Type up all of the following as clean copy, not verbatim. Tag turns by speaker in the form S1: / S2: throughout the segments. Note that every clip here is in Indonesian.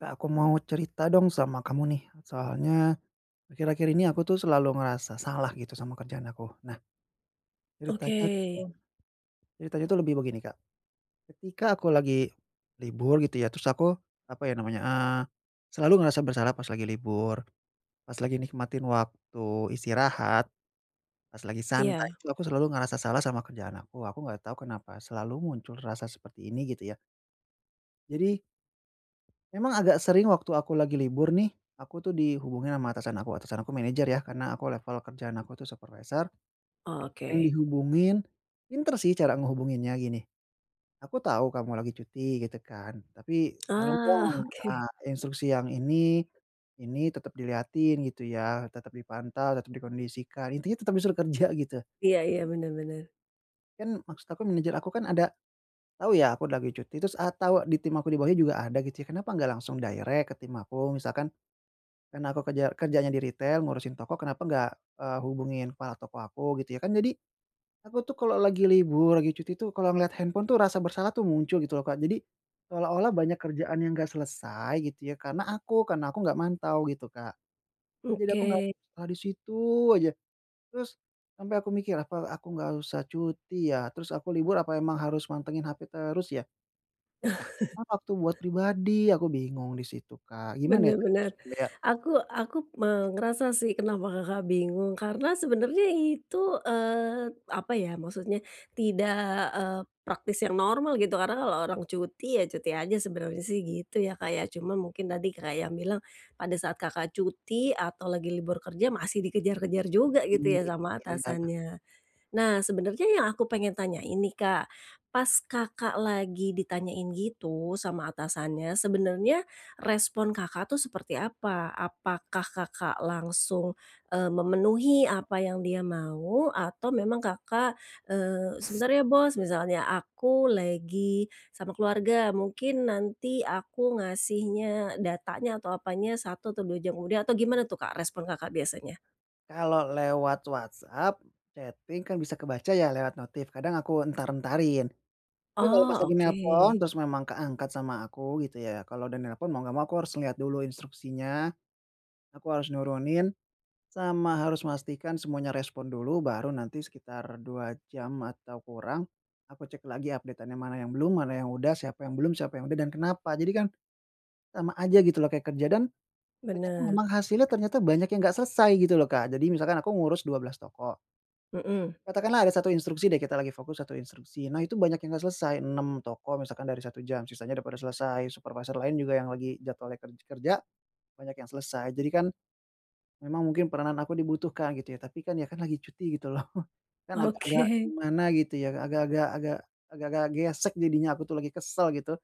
S1: Kak, aku mau cerita dong sama kamu nih. Soalnya akhir-akhir ini aku tuh selalu ngerasa salah gitu sama kerjaan aku. Nah,
S2: Oke,
S1: ceritanya tuh ceritanya tuh lebih begini, Kak. Ketika aku lagi libur gitu ya, terus aku apa ya namanya, selalu ngerasa bersalah pas lagi libur, pas lagi nikmatin waktu istirahat, pas lagi santai
S2: iya,
S1: itu aku selalu ngerasa salah sama kerjaan aku. Aku nggak tahu kenapa selalu muncul rasa seperti ini gitu ya. Jadi memang agak sering waktu aku lagi libur nih, aku tuh dihubungin sama atasan aku manajer ya, karena aku level kerjaan aku tuh supervisor,
S2: oh, oke.
S1: sering dihubungin. Pinter sih cara ngehubunginnya gini, "Aku tahu kamu lagi cuti," gitu kan, "tapi tolong
S2: Ah,
S1: dong,
S2: oke.
S1: instruksi yang ini tetap dilihatin gitu ya, tetap dipantau, tetap dikondisikan," intinya tetap disuruh kerja gitu.
S2: Iya iya, benar-benar.
S1: Kan maksud aku manajer aku kan ada tahu ya aku lagi cuti, terus, tahu di tim aku di bawahnya juga ada gitu ya, kenapa nggak langsung direct ke tim aku, misalkan. Karena aku kerja kerjanya di retail ngurusin toko kenapa nggak, hubungin kepala toko aku gitu ya kan jadi, aku tuh kalau lagi libur, lagi cuti tuh kalau ngeliat handphone tuh rasa bersalah tuh muncul gitu loh, Kak, jadi, seolah-olah banyak kerjaan yang nggak selesai gitu ya karena aku nggak mantau gitu, Kak, jadi aku
S2: Oke,
S1: nggak salah di situ aja terus, sampai aku mikir apa aku nggak usah cuti ya, terus aku libur apa emang harus mantengin HP terus ya, terus kapan waktu buat pribadi aku bingung di situ, Kak, gimana ya Kak
S2: benar-benar.
S1: supaya.
S2: Aku aku ngerasa sih kenapa Kakak bingung, karena sebenarnya itu, eee, apa ya, maksudnya tidak, eee, praktis yang normal gitu, karena kalau orang cuti, ya cuti aja sebenarnya sih gitu ya, kayak cuma mungkin tadi kayak yang bilang pada saat Kakak cuti atau lagi libur kerja masih dikejar-kejar juga gitu ya sama
S1: Iya.
S2: atasannya. Nah, sebenarnya yang aku pengen tanya ini Kak, pas Kakak lagi ditanyain gitu sama atasannya, sebenarnya respon Kakak tuh seperti apa? Apakah Kakak langsung, memenuhi apa yang dia mau atau memang Kakak, "Sebentar ya Bos, misalnya aku lagi sama keluarga, mungkin nanti aku ngasihnya datanya atau apanya satu atau 2 jam kemudian," atau gimana tuh, Kak, respon Kakak biasanya?
S1: Kalau lewat WhatsApp, chatting kan bisa kebaca ya lewat notif, kadang aku entar-entarin. Tapi kalau pas
S2: Oh,
S1: lagi
S2: oke.
S1: nelpon, terus memang keangkat sama aku gitu ya, kalau udah nelpon mau nggak mau aku harus lihat dulu instruksinya, aku harus nurunin, sama harus memastikan semuanya respon dulu, baru nanti sekitar 2 jam atau kurang, aku cek lagi updateannya mana yang belum, mana yang udah, siapa yang belum, siapa yang udah, dan kenapa. Jadi kan sama aja gitu loh kayak kerja dan ternyata memang
S2: Bener.
S1: hasilnya ternyata banyak yang nggak selesai gitu loh, Kak. Jadi misalkan aku ngurus 12 toko.
S2: Mhm.
S1: Katakanlah ada satu instruksi deh, kita lagi fokus satu instruksi. Nah, itu banyak yang nggak selesai, 6 toko misalkan dari 1 jam, sisanya udah pada selesai. Supervisor lain juga yang lagi jadwalnya kerja, banyak yang selesai. Jadi kan memang mungkin peranan aku dibutuhkan gitu ya, tapi kan ya kan lagi cuti gitu loh. Kan agak-agak
S2: Oke
S1: gimana gitu ya, agak-agak gesek jadinya aku tuh lagi kesel gitu.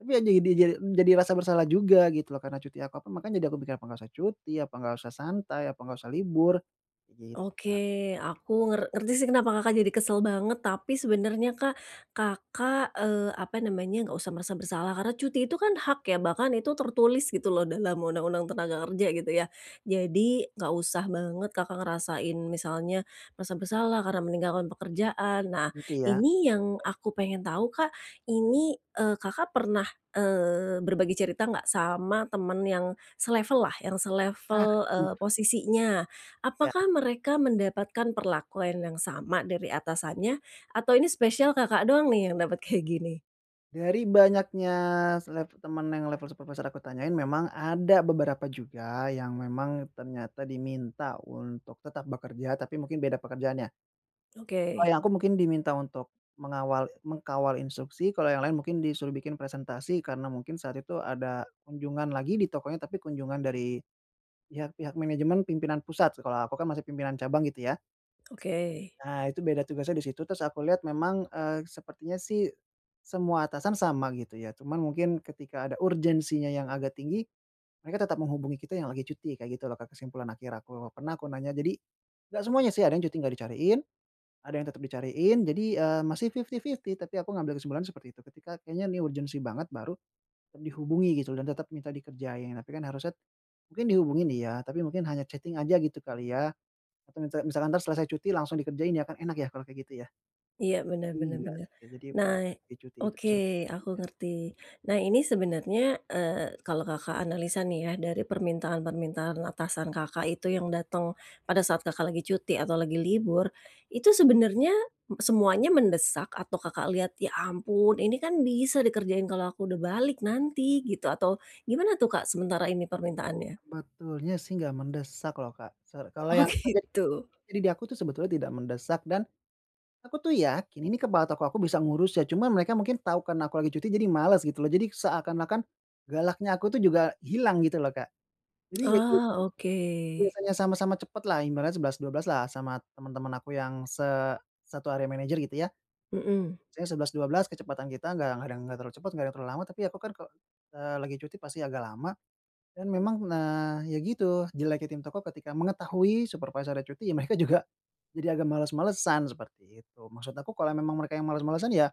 S1: Tapi ya jadi rasa bersalah juga gitu loh karena cuti aku, apa makanya jadi aku mikir, "Apa nggak usah cuti, apa nggak usah santai, apa nggak usah libur?" Gitu, Kak.
S2: oke, aku ngerti sih kenapa Kakak jadi kesel banget, tapi sebenarnya Kak, Kakak, apa namanya, nggak usah merasa bersalah karena cuti itu kan hak ya, bahkan itu tertulis gitu loh dalam Undang-Undang Tenaga Kerja gitu ya. Jadi nggak usah banget Kakak ngerasain misalnya merasa bersalah karena meninggalkan pekerjaan. Nah,
S1: Gitu ya.
S2: ini yang aku pengen tahu Kak, ini, Kakak pernah, berbagi cerita nggak sama temen yang selevel lah, yang selevel,
S1: Ah,
S2: posisinya?
S1: ya.
S2: Apakah mereka mendapatkan perlakuan yang sama dari atasannya, atau ini spesial Kakak doang nih yang dapat kayak gini?
S1: Dari banyaknya seleb teman yang level supervisor aku tanyain memang ada beberapa juga yang memang ternyata diminta untuk tetap bekerja, tapi mungkin beda pekerjaannya.
S2: Oke
S1: Kalau yang aku mungkin diminta untuk mengawal instruksi, kalau yang lain mungkin disuruh bikin presentasi karena mungkin saat itu ada kunjungan lagi di tokonya, tapi kunjungan dari pihak-pihak manajemen pimpinan pusat, kalau aku kan masih pimpinan cabang gitu ya.
S2: oke.
S1: Nah, itu beda tugasnya di situ, terus aku lihat memang, sepertinya sih semua atasan sama gitu ya, cuman mungkin ketika ada urgensinya yang agak tinggi, mereka tetap menghubungi kita yang lagi cuti, kayak gitu loh, Kak, kesimpulan akhir aku. Pernah aku nanya, jadi nggak semuanya sih, ada yang cuti nggak dicariin, ada yang tetap dicariin, jadi, masih fifty fifty tapi aku ngambil kesimpulan seperti itu, ketika kayaknya ini urgensi banget baru tetap dihubungi gitu dan tetap minta dikerjain, tapi kan harusnya mungkin dihubungin iya, tapi mungkin hanya chatting aja gitu kali ya, atau minta misalkan entar selesai cuti langsung dikerjain ya, kan enak ya kalau kayak gitu ya.
S2: Iya,
S1: Ini
S2: benar-benar.
S1: enggak
S2: Bener.
S1: sih, jadi memang
S2: Nah,
S1: di cuti itu
S2: oke,
S1: justru
S2: aku ngerti. Nah, ini sebenarnya, kalau Kakak analisa nih ya, dari permintaan-permintaan atasan Kakak itu yang datang pada saat Kakak lagi cuti atau lagi libur, itu sebenarnya semuanya mendesak atau Kakak lihat, "Ya ampun, ini kan bisa dikerjain kalau aku udah balik nanti," gitu, atau gimana tuh, Kak, sementara ini permintaannya?
S1: sebetulnya sih nggak mendesak loh, Kak. Kalau
S2: Oh,
S1: yang terjadi
S2: gitu.
S1: terjadi di aku tuh sebetulnya tidak mendesak dan aku tuh yakin ini kepala toko aku bisa ngurus ya, cuman mereka mungkin tahu karena aku lagi cuti jadi males gitu loh. Jadi seakan-akan galaknya aku tuh juga hilang gitu loh, Kak. Jadi ya
S2: Ah
S1: gitu,
S2: oke.
S1: biasanya sama-sama cepet lah, ibaratnya sebelas dua belas lah sama teman-teman aku yang se satu area manajer gitu ya.
S2: Mhm.
S1: Misalnya sebelas dua belas kecepatan kita nggak ada nggak terlalu cepat, nggak ada yang terlalu lama, tapi aku kan kalau, lagi cuti pasti agak lama. Dan memang, nah, ya gitu, jeleknya tim toko ketika mengetahui supervisornya cuti, ya mereka juga jadi agak males-malesan, seperti itu. Maksud aku kalau memang mereka yang males-malesan, ya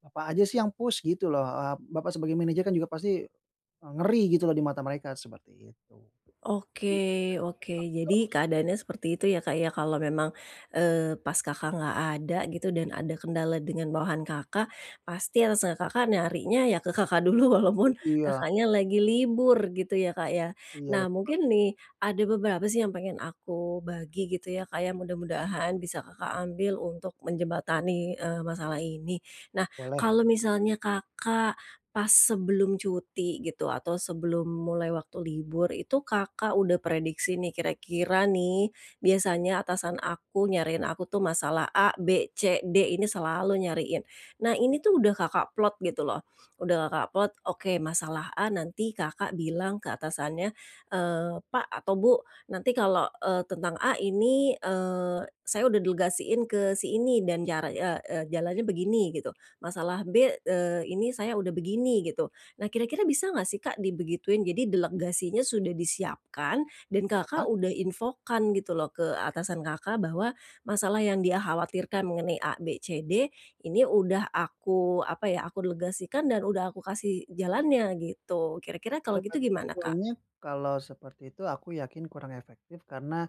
S1: Bapak aja sih yang push gitu loh, Bapak sebagai manajer kan juga pasti, ngeri gitu loh di mata mereka, seperti itu.
S2: Oke oke. Jadi keadaannya seperti itu ya, Kak, ya, kalau memang, pas Kakak nggak ada gitu dan ada kendala dengan bawahan Kakak, pasti atas nama Kakak nyarinya ya ke Kakak dulu walaupun
S1: Iya
S2: Kakaknya lagi libur gitu ya, Kak, ya.
S1: iya,
S2: Nah,
S1: betul.
S2: mungkin nih ada beberapa sih yang pengen aku bagi gitu ya, Kak, ya, mudah-mudahan bisa Kakak ambil untuk menjembatani, masalah ini. Nah,
S1: Boleh,
S2: kalau misalnya Kakak, pas sebelum cuti gitu atau sebelum mulai waktu libur itu Kakak udah prediksi nih kira-kira nih, biasanya atasan aku nyariin aku tuh masalah A, B, C, D ini selalu nyariin. Nah, ini tuh udah Kakak plot gitu loh, udah Kakak plot, oke masalah A nanti Kakak bilang ke atasannya, "Pak atau Bu, nanti kalau, tentang A ini, saya udah delegasiin ke si ini dan cara eee eee, jalannya begini," gitu. Masalah B, ini saya udah begini gitu. Nah, kira-kira bisa nggak sih Kak dibegituin? Jadi delegasinya sudah disiapkan dan
S1: ya.
S2: Kakak udah infokan gitu loh ke atasan Kakak bahwa masalah yang dia khawatirkan mengenai A, B, C, D ini udah aku apa ya, aku delegasikan dan udah aku kasih jalannya gitu. Kira-kira kalau gitu gimana Kak?
S1: Sebetulnya kalau seperti itu aku yakin kurang efektif karena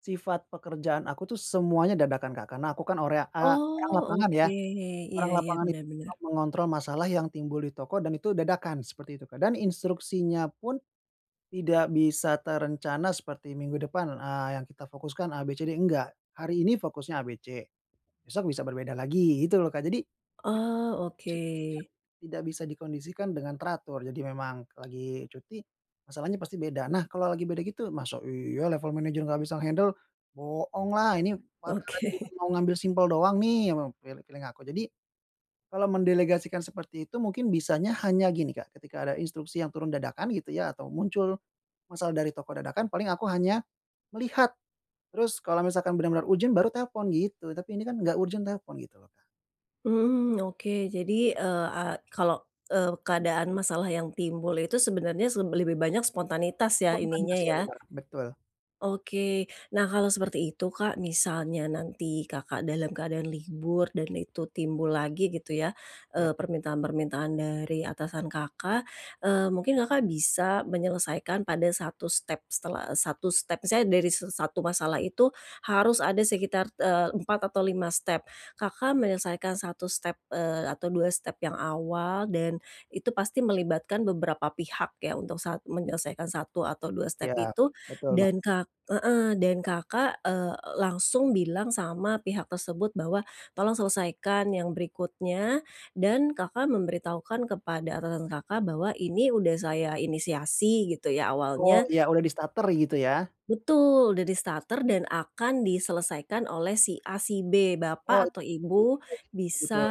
S1: sifat pekerjaan aku tuh semuanya dadakan, Kak, karena aku kan
S2: Oh
S1: orang lapangan
S2: oke.
S1: ya.
S2: Iya
S1: Orang
S2: iya,
S1: lapangan
S2: benar
S1: itu
S2: benar.
S1: memang mengontrol masalah yang timbul di toko dan itu dadakan, seperti itu, Kak, dan instruksinya pun tidak bisa terencana seperti minggu depan, yang kita fokuskan A, B, C, D, enggak. Hari ini fokusnya A, B, C, besok bisa berbeda lagi, gitu loh, Kak. Jadi
S2: Oh oke.
S1: situasinya tidak bisa dikondisikan dengan teratur. Jadi memang lagi cuti, masalahnya pasti beda. Nah, kalau lagi beda gitu, masa iya level manajer nggak bisa nge-handle, bohong lah, ini perkara cuma
S2: Oke.
S1: mau ngambil simpel doang nih, sama feeling feeling aku. Jadi kalau mendelegasikan seperti itu mungkin bisanya hanya gini, Kak, ketika ada instruksi yang turun dadakan gitu ya atau muncul masalah dari toko dadakan paling aku hanya melihat, terus kalau misalkan benar-benar urgent baru telepon gitu, tapi ini kan nggak urgent telepon gitu loh, Kak.
S2: Hmm oke. Jadi, kalau, keadaan masalah yang timbul itu sebenarnya lebih banyak spontanitas ya ininya
S1: Spontanitasnya
S2: ya.
S1: bener, betul.
S2: Oke. Nah, kalau seperti itu, Kak, misalnya nanti Kakak dalam keadaan libur dan itu timbul lagi gitu ya,
S1: Ya
S2: permintaan-permintaan dari atasan Kakak, mungkin Kakak bisa menyelesaikan pada satu step setelah satu step misalnya dari satu masalah itu harus ada sekitar, 4 atau 5 step. Kakak menyelesaikan satu step, atau 2 step yang awal dan itu pasti melibatkan beberapa pihak ya untuk saat menyelesaikan satu atau 2 step
S1: iya,
S2: itu,
S1: betul, Bang.
S2: dan Kak heeh, dan Kakak, langsung bilang sama pihak tersebut bahwa, "Tolong selesaikan yang berikutnya," dan Kakak memberitahukan kepada atasan Kakak bahwa, "Ini udah saya inisiasi," gitu ya
S1: Oh
S2: awalnya
S1: ya udah di starter gitu ya?
S2: betul, dari starter dan akan diselesaikan oleh si A, si B. Bapak
S1: Oh
S2: atau Ibu bisa,
S1: gitu.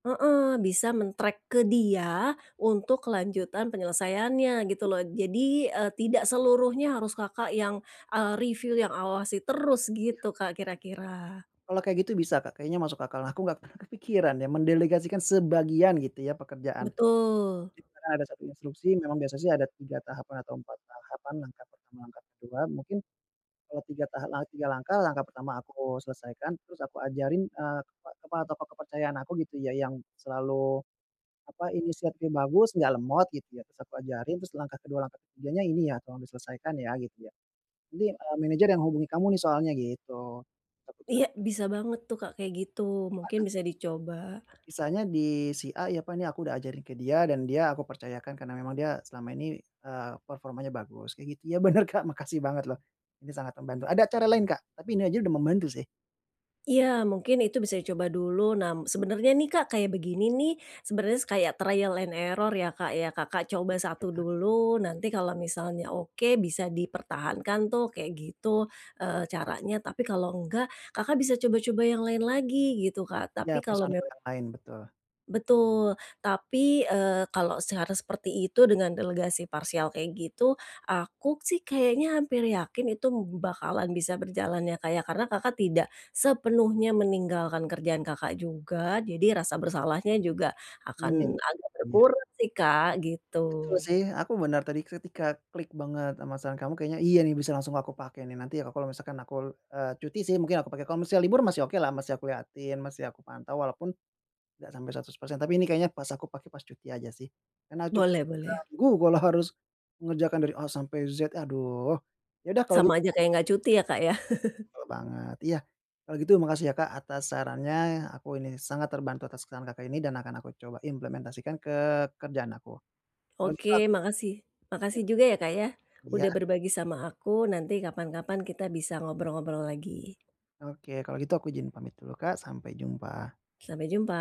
S2: heeh, bisa men-track ke dia untuk kelanjutan penyelesaiannya gitu loh. Jadi, tidak seluruhnya harus Kakak yang, review, yang awasi terus
S1: Iya,
S2: gitu, Kak, kira-kira.
S1: kalau kayak gitu bisa, Kak, kayaknya masuk akal. Nah, aku nggak pernah kepikiran ya mendelegasikan sebagian gitu ya pekerjaan.
S2: Betul.
S1: Jadi karena ada satu instruksi memang biasanya sih ada 3 tahapan atau 4 tahapan, langkah pertama, langkah kedua, mungkin kalau 3 taha la 3 langkah, langkah pertama aku selesaikan, terus aku ajarin, kepa kepa tokoh kepercayaan aku gitu ya, yang selalu, apa, inisiatifnya bagus, nggak lemot gitu ya, terus aku ajarin, terus langkah kedua, langkah ketiganya ini ya, tolong diselesaikan ya, gitu ya. Nanti, manajer yang hubungi kamu nih soalnya, gitu. Aku bilang
S2: Iya, bisa banget tuh, Kak, kayak gitu. Mungkin bisa dicoba.
S1: misalnya di si A ya, Pak, ini aku udah ajarin ke dia dan dia aku percayakan karena memang dia selama ini, performanya bagus kayak gitu. Ya bener, Kak, makasih banget loh, ini sangat membantu. Ada cara lain, Kak, tapi ini aja udah membantu sih.
S2: Iya, mungkin itu bisa dicoba dulu. Nah, sebenarnya nih Kak, kayak begini nih, sebenarnya kayak trial and error ya Kak ya. Kakak coba satu dulu, nanti kalau misalnya oke bisa dipertahankan tuh kayak gitu eh, caranya. Tapi kalau enggak, Kakak bisa coba-coba yang lain lagi gitu Kak. Tapi
S1: Ya
S2: kalau
S1: personil yang lain, betul.
S2: betul, tapi, kalau secara seperti itu dengan delegasi parsial kayak gitu, aku sih kayaknya hampir yakin itu bakalan bisa berjalan ya, kayak karena Kakak tidak sepenuhnya meninggalkan kerjaan Kakak juga, jadi rasa bersalahnya juga akan
S1: Minim.
S2: agak
S1: Iya.
S2: berkurang sih, Kak, gitu.
S1: Betul sih, aku benar tadi ketika klik banget sama saran kamu kayaknya iya nih bisa langsung aku pakai nih. Nanti ya kalau misalkan aku, cuti sih mungkin aku pakai, kalau misalnya libur masih okelah, masih aku liatin, masih aku pantau walaupun nggak sampai 100% tapi ini kayaknya pas aku pakai pas cuti aja sih, karena cukup
S2: Boleh boleh,
S1: mengganggu kalau harus mengerjakan dari A sampai Z, aduh. Ya udah kalau gitu
S2: sama aja kayak nggak cuti ya, Kak, ya.
S1: banget, iya. Kalau gitu makasih ya, Kak, atas sarannya, aku ini sangat terbantu atas saran Kakak ini dan akan aku coba implementasikan ke kerjaan aku. Kalau gitu
S2: Oke,
S1: aku
S2: makasih
S1: iya
S2: makasih juga ya, Kak, ya,
S1: iya,
S2: udah berbagi sama aku, nanti kapan-kapan kita bisa ngobrol-ngobrol lagi.
S1: oke kalau gitu aku izin pamit dulu, Kak, sampai jumpa.
S2: Sampai jumpa.